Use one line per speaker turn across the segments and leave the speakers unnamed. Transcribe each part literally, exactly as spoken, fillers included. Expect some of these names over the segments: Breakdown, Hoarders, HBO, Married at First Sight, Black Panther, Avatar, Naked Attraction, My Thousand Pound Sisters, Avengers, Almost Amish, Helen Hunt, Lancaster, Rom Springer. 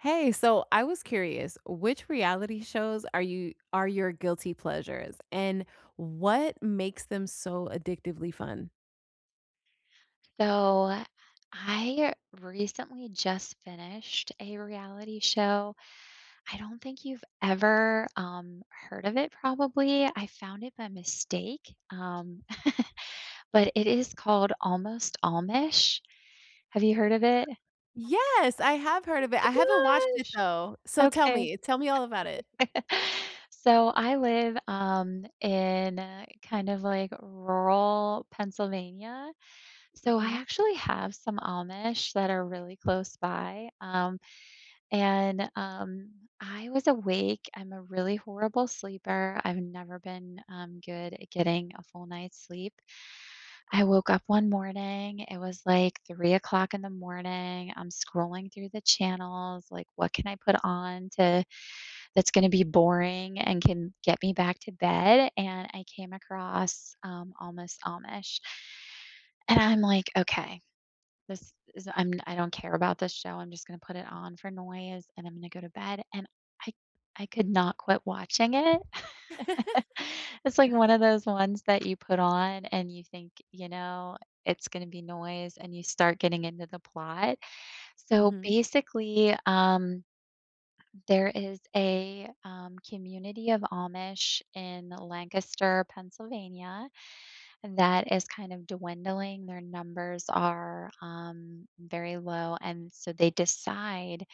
Hey, so I was curious, which reality shows are you are your guilty pleasures and what makes them so addictively fun?
So I recently just finished a reality show. I don't think you've ever um, heard of it, probably. I found it by mistake, um, but it is called Almost Amish. Have you heard of it?
Yes, I have heard
Oh
of it. I haven't watched
my
it
gosh.
though. So tell
Okay.
me, tell me all about it.
So I live um, in uh, kind of like rural Pennsylvania. So I
Mhm.
actually have some Amish that are really close by. Um, And, um, I was awake. I'm a really horrible sleeper. I've never been, um, good at getting a full night's sleep. I woke up one morning. It was like three o'clock in the morning. I'm scrolling through the channels, like, what can I put on to that's gonna be boring and can get me back to bed? And I came across, um, Almost Amish. And I'm like, "Okay. This is I'm I don't care about this show. I'm just gonna put it on for noise, and I'm gonna go to bed, and I I could not quit watching it."
Mhm.
It's like one of those ones that you put on and you think, you know, it's gonna be noise, and you start getting into the plot. So, basically, um, there is a, um, community of Amish in Lancaster, Pennsylvania, that is kind of dwindling. Their numbers are um, very low. And so they decide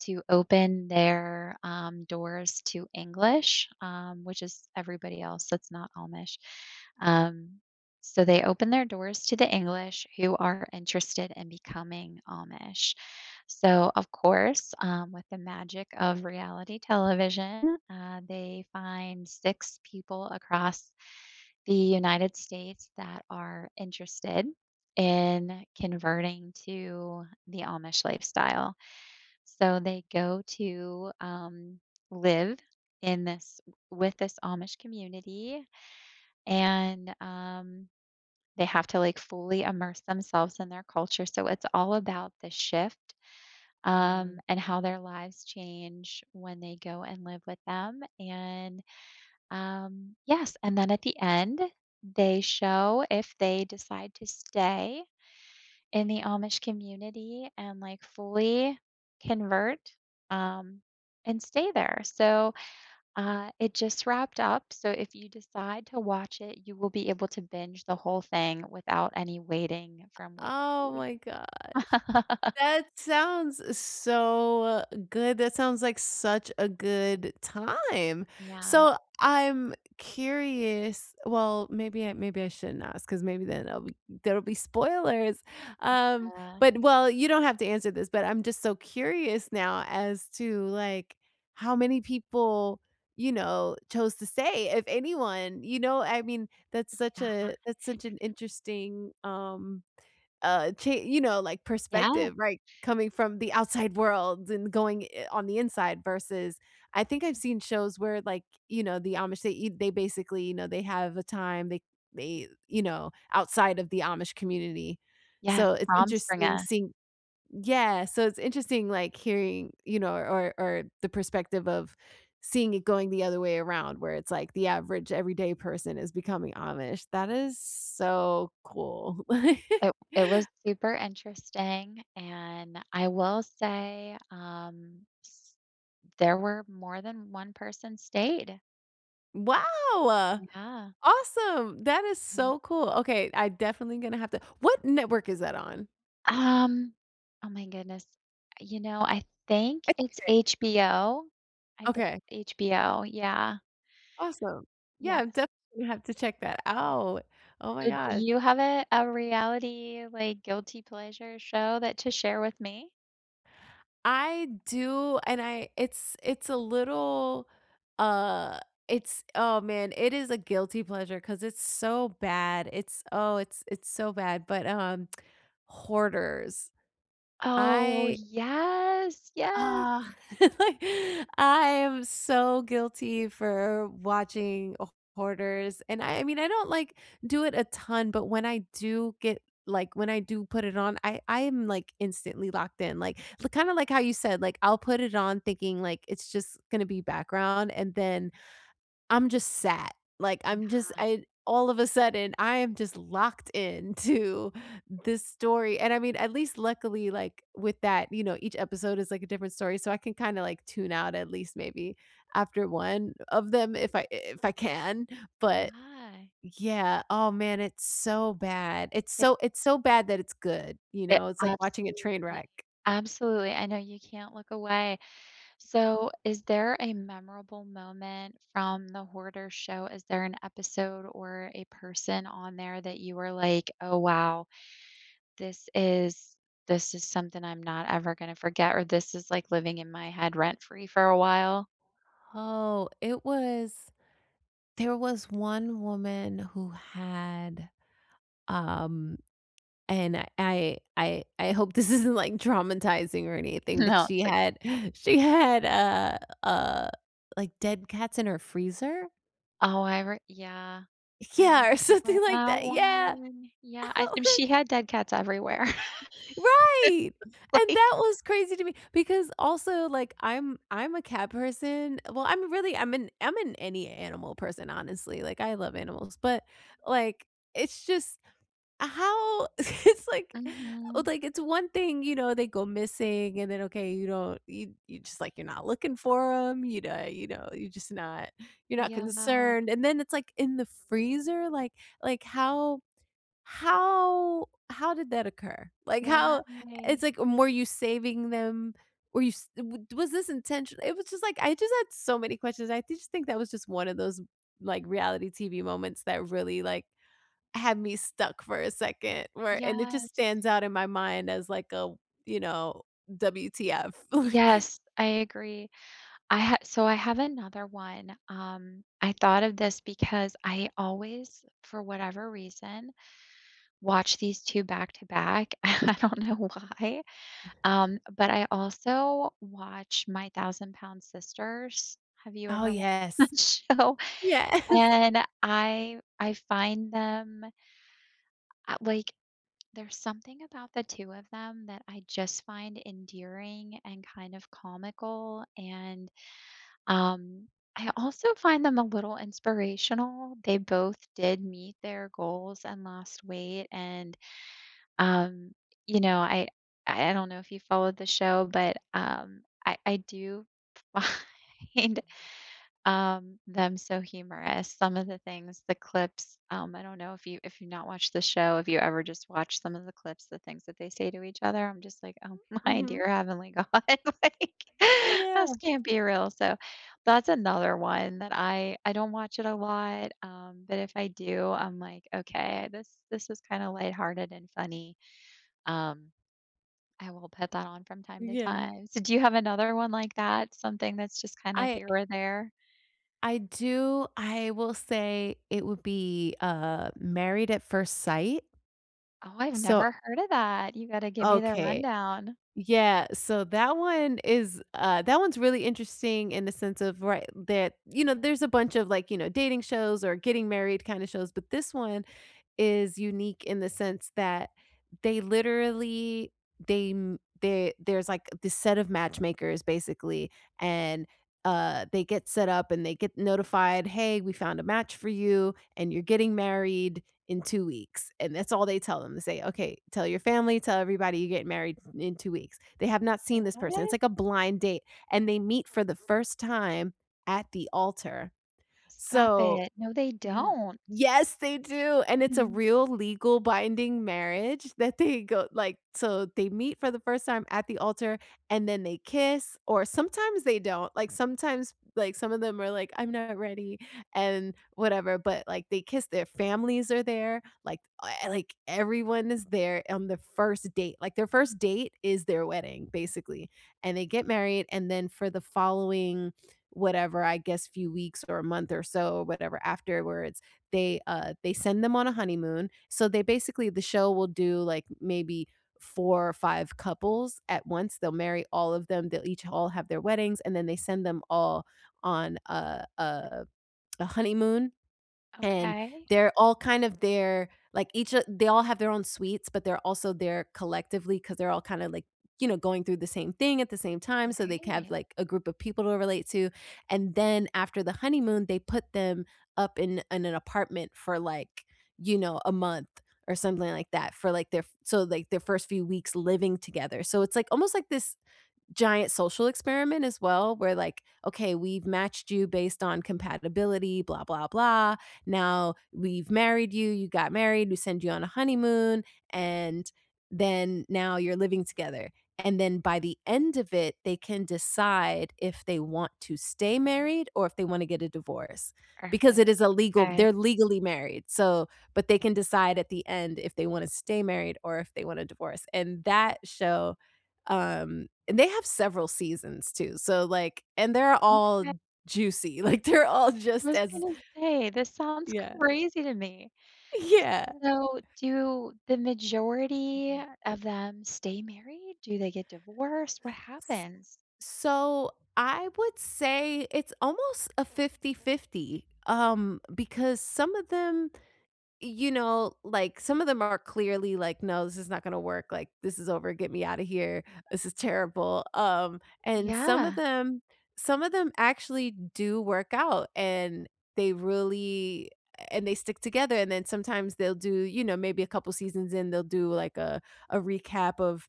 to open their um, doors to English, um, which is everybody else that's not Amish. Um, so they open their doors to the English who are interested in becoming Amish. So, of course, um, with the magic of reality television, uh, they find six people across the United States that are interested in converting to the Amish lifestyle. So they go to um, live in this with this Amish community, and um, they have to like fully immerse themselves in their culture. So it's all about the shift. Um, and how their lives change when they go and live with them. And um, yes, and then at the end, they show if they decide to stay in the Amish community and like fully convert um, and stay there. So uh, it just wrapped up. So if you decide to watch it, you will be able to binge the whole thing without any waiting from week to
Oh
week.
my gosh. That sounds so good. That sounds like such a good time.
Yeah.
So I'm curious. Well, maybe I maybe I shouldn't ask because maybe then I'll be, there'll be spoilers. Um,
Uh,
but well, you don't have to answer this, but I'm just so curious now as to like how many people you know chose to stay, if anyone. You know, I mean, that's such
yeah.
a that's such an interesting um uh, cha you know, like,
Yeah.
perspective, right? Coming from the outside world and going I on the inside versus I think I've seen shows where, like, you know, the Amish, they eat they basically, you know, they have a time they they, you know, outside of the Amish community.
Yes.
So it's
Rom
interesting
Springer.
seeing yeah, so it's interesting, like, hearing, you know, or or the perspective of seeing it going the other way around where it's like the average everyday person is becoming Amish. That is so cool.
It it was super interesting, and I will say, um, s there were more than one person stayed.
Wow!
Yeah.
Awesome. That is
Mhm.
so cool. Okay, I definitely gonna have to what network is that on?
Um, oh my goodness. You know, I think it's H B O. I think
Okay,
it's H B O, yeah.
awesome. Yeah, I'm
Yes.
definitely gonna have to check that out. Oh my
So do
gosh.
you have a a reality, like, guilty pleasure show that to share with me?
I do, and I it's it's a little, uh, it's oh man, it is a guilty pleasure because it's so bad. It's oh, it's it's so bad, but, um, Hoarders.
Oh,
I
yes, yes.
Ah, like, I am so guilty for watching h hoarders, and I I mean, I don't, like, do it a ton, but when I do get like, when I do put it on, I I am, like, instantly locked in, like, kinda like how you said, like, I'll put it on thinking, like, it's just gonna be background, and then I'm just sat. Like, I'm just I all of a sudden, I am just locked into this story, and I mean, at least luckily, like, with that, you know, each episode is, like, a different story, so I can kinda, like, tune out at least maybe after one of them if I if I can, but
Why?
yeah, oh man, it's so bad. It's so it's so bad that it's good, you
It
know? It's like watching a train
absolutely,
wreck.
absolutely, I know you can't look away. So, is there a memorable moment from the Hoarder show? Is there an episode or a person on there that you were like, "Oh, wow, this is this is something I'm not ever gonna forget," or, "This is, like, living in my head rent-free for a while?"
Oh, it was there was one woman who had, um and I I I I hope this isn't, like, traumatizing or anything, but
No,
she
it's okay.
had she had, uh uh, like, dead cats in her freezer?
Oh, I re yeah, I
Yeah, or
remember
something like
that
that, yeah.
one. Yeah, I she had dead cats everywhere,
Right! And that
like
was crazy to me because also, like, I'm I'm a cat person well, I'm really I'm an I'm an any animal person, honestly, like, I love animals, but, like, it's just How it's like oh,
Mhm,
like, it's one thing, you know, they go missing and then, okay, you don't you you just, like, you're not looking for 'em, you know you know, you're just not you're not
yeah.
concerned, and then it's, like, in the freezer, like like, how how how did that occur? Like,
Why?
how it's like, um, were you saving them? Were you s w was this intentional? It was just, like I just had so many questions, I just think that was just one of those, like, reality T V moments that really, like had me stuck for a second where and it just
Yes.
stands out in my mind as like a, you know, W T F, like
Yes, I agree. I ha so I have another one. Um, I thought of this because I always, for whatever reason, watch these two back to back. I don't know why. Um, but I also watch My Thousand Pound Sisters. Have you
Oh,
ever watched
yes.
that show?
Yes.
And I I find them, uh, like there's something about the two of them that I just find endearing and kind of comical, and, um, I also find them a little inspirational. They both did meet their goals and lost weight, and, um, you know, I I don't know if you followed the show, but, um, I I do find um, them so humorous. Some of the things, the clips, um, I don't know if you if you not watched the show, if you ever just watch some of the clips, the things that they say to each other, I'm just like, oh my
Mhm.
dear heavenly God, like
Yeah,
this can't be real. So that's another one that I I don't watch it a lot, um, but if I do, I'm like, okay, this this is kind of lighthearted and funny. Um, I will put that on from time to
yeah.
time. So do you have another one like that? Something that's just kind of
I
here or there?
I do I will say it would be, uh, Married at First Sight.
Oh, I've
So
never heard of that. You gotta give me the
okay.
rundown.
Yeah, so that one is, uh, that one's really interesting in the sense of, right, that, you know, there's a bunch of, like, you know, dating shows or getting married kinda shows, but this one is unique in the sense that they literally they m they there's, like, this set of matchmakers basically, and, uh, they get set up and they get notified, "Hey, we found a match for you, and you're getting married in two weeks." And that's all they tell them. They say, "Okay, tell your family, tell everybody you get married in two weeks." They have not seen this person. It's
What?
like a blind date, and they meet for the first time at the altar.
Stop
So
it. No, they
N
don't.
yes, they do, and it's a
Mm,
real legal binding marriage that they go like, so they meet for the first time at the altar, and then they kiss, or sometimes they don't, like, sometimes, like, some of them are like, "I'm not ready," and whatever, but, like, they kiss, their families are there, like, eh, like, everyone is there on the first date, like, their first date is their wedding, basically, and they get married, and then for the following whatever, I guess, few weeks or a month or so or whatever afterwards, they, uh, they send them on a honeymoon. So they basically the show will do like maybe four or five couples at once. They'll marry all of them. They'll each all have their weddings and then they send them all on a a a honeymoon and
okay.
they're all kind of there, like each o they all have their own suites, but they're also there collectively because 'cause they're all kinda like, you know, going through the same thing at the same time so they can have
Right.
like a group of people to relate to. And then after the honeymoon, they put them up in in an apartment for like, you know, a month or something like that for like their so like their first few weeks living together. So it's like almost like this giant social experiment as well where like okay we've matched you based on compatibility blah blah blah now we've married you you got married we send you on a honeymoon and then now you're living together and then by the end of it they can decide if they want to stay married or if they want to get a divorce
Earth
because
Day,
it is a legal
okay.
they're legally married so but they can decide at the end if they want to stay married or if they want to divorce and that show um and they have several seasons too, so, like and they're all
I
juicy, like, they're all just
was
as
gonna say, this sounds
Yeah.
crazy to me.
Yeah.
So, do the majority of them stay married? Do they get divorced? What
S
happens?
so, I would say it's almost a fifty-fifty. Um, because some of them you know, like, some of them are clearly like, "No, this is not gonna work, like, this is over, get me out of here, this is terrible," um, and some of
Yeah.
them some of them actually do work out, and they really and they stick together, and then sometimes they'll do you know, maybe a couple seasons in, they'll do, like, a a recap of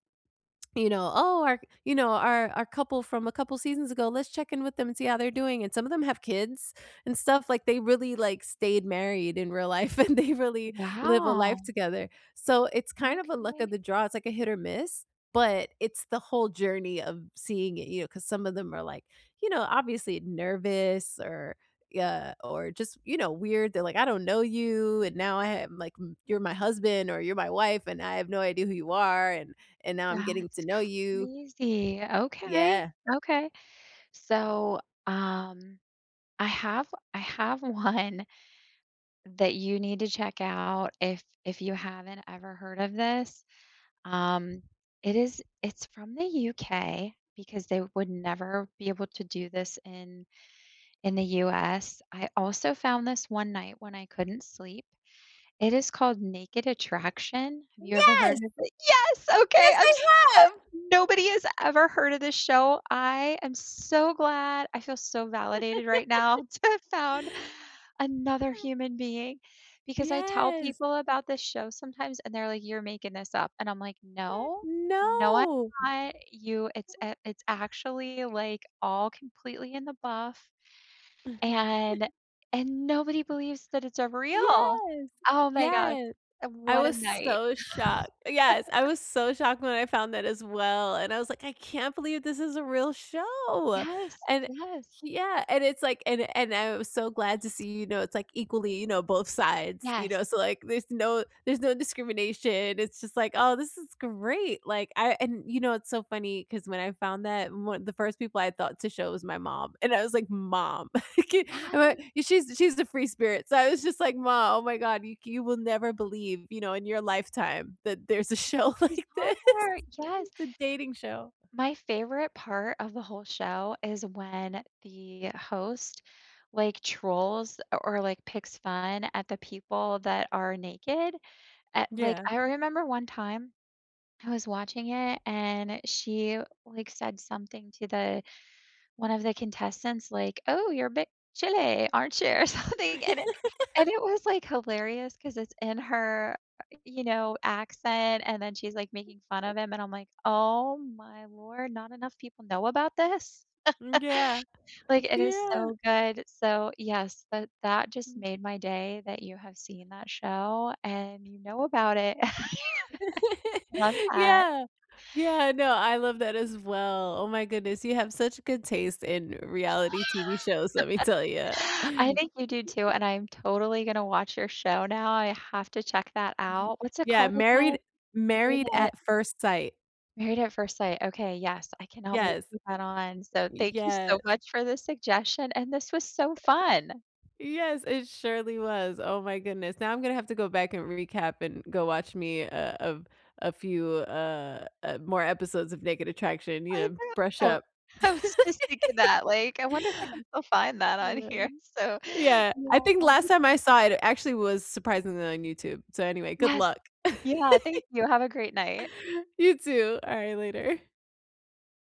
you know, "Oh, our you know, our our couple from a couple seasons ago, let's check in with them and see how they're doing," and some of them have kids and stuff, like, they really, like, stayed married in real life, and they really live a life
Wow.
together. So, it's kind of a luck of
Okay.
the draw, it's like a hit or miss, but it's the whole journey of seeing it, you know, because some of them are, like, you know, obviously nervous or yeah, or just, you know, weird. They're like, "I don't know you, and now I am like, m you're my husband or you're my wife, and I have no idea who you are, and and now I'm getting
That's
to know you.
crazy. Okay.
Yeah.
Okay. So, um I have I have one that you need to check out if if you haven't ever heard of this. Um, it is it's from the U K because they would never be able to do this in in the U S. I also found this one night when I couldn't sleep. It is called Naked Attraction. Have you ever heard
Yes!
of it? Yes, okay.
Yes,
I'm
I have!
Nobody has ever heard of this show. I am so glad. I feel so validated right now to have found another human being because I tell
Yes.
people about this show sometimes and they're like, "You're making this up." And I'm like, "No, no, I'm
No.
not. You, it's a- it's actually like all completely in the buff, and and nobody believes that it's a real."
Yes.
Oh my gosh,
Yes. I
what a
was
night!
so shocked. Yes, I was so shocked when I found that as well, and I was like, "I can't believe this is a real show,"
Yes,
and
yes,
yeah, and it's like and and I was so glad to see, you know, it's like equally, you know, both sides, you
yes,
know, so, like, there's no there's no discrimination, it's just like, "Oh, this is great," like, I and, you know, it's so funny because when I found that, one the first people I thought to show was my mom, and I was like, "Mom." Ki uh,
yes.
she's she's a free spirit, so I was just like, "Ma, oh my god, you you will never believe, you know, in your lifetime that there's a
This
show
is
like
on
this,
there, yes.
a dating show."
My favorite part of the whole show is when the host, like, trolls or, like, picks fun at the people that are naked. At like,
Yeah.
I remember one time I was watching it, and she, like, said something to the one of the contestants, like, "Oh, you're a bit chilly, aren't you?" Or something, and it and it was, like, hilarious because it's in her, uh, you know, accent, and then she's, like, making fun of him, and I'm like, "Oh my lord, not enough people know about this?"
Mm, yeah.
Like, it is
Yeah.
so good. So, yes, that that just made my day that you have seen that show and you know about it. I love that.
Yeah. Yeah, no, I love that as well. Oh my goodness, you have such good taste in reality T V shows, let me tell you,
I think you do too, and I'm totally gonna watch your show now. I have to check that out. What's it
yeah,
called again?
Married
Married
Married
at
at First Sight.
Married at First Sight. Okay, yes, I cannot wait
Yes.
to put that on. So thank you so
Yes.
much for the suggestion, and this was so fun.
Yes, it surely was. Oh my goodness. Now I'm gonna have to go back and recap and go watch me uh, of a few uh, uh more episodes of Naked Attraction, you
I
know, brush
know.
up.
I was just thinking that, like, I wonder if I can still find that on
Yeah.
here. So,
Yeah, I think
yeah,
last
just-
time I saw it, it actually was surprisingly on YouTube. So anyway, good
yes,
luck.
yeah, thank you. Have a great night.
You too. All right, later.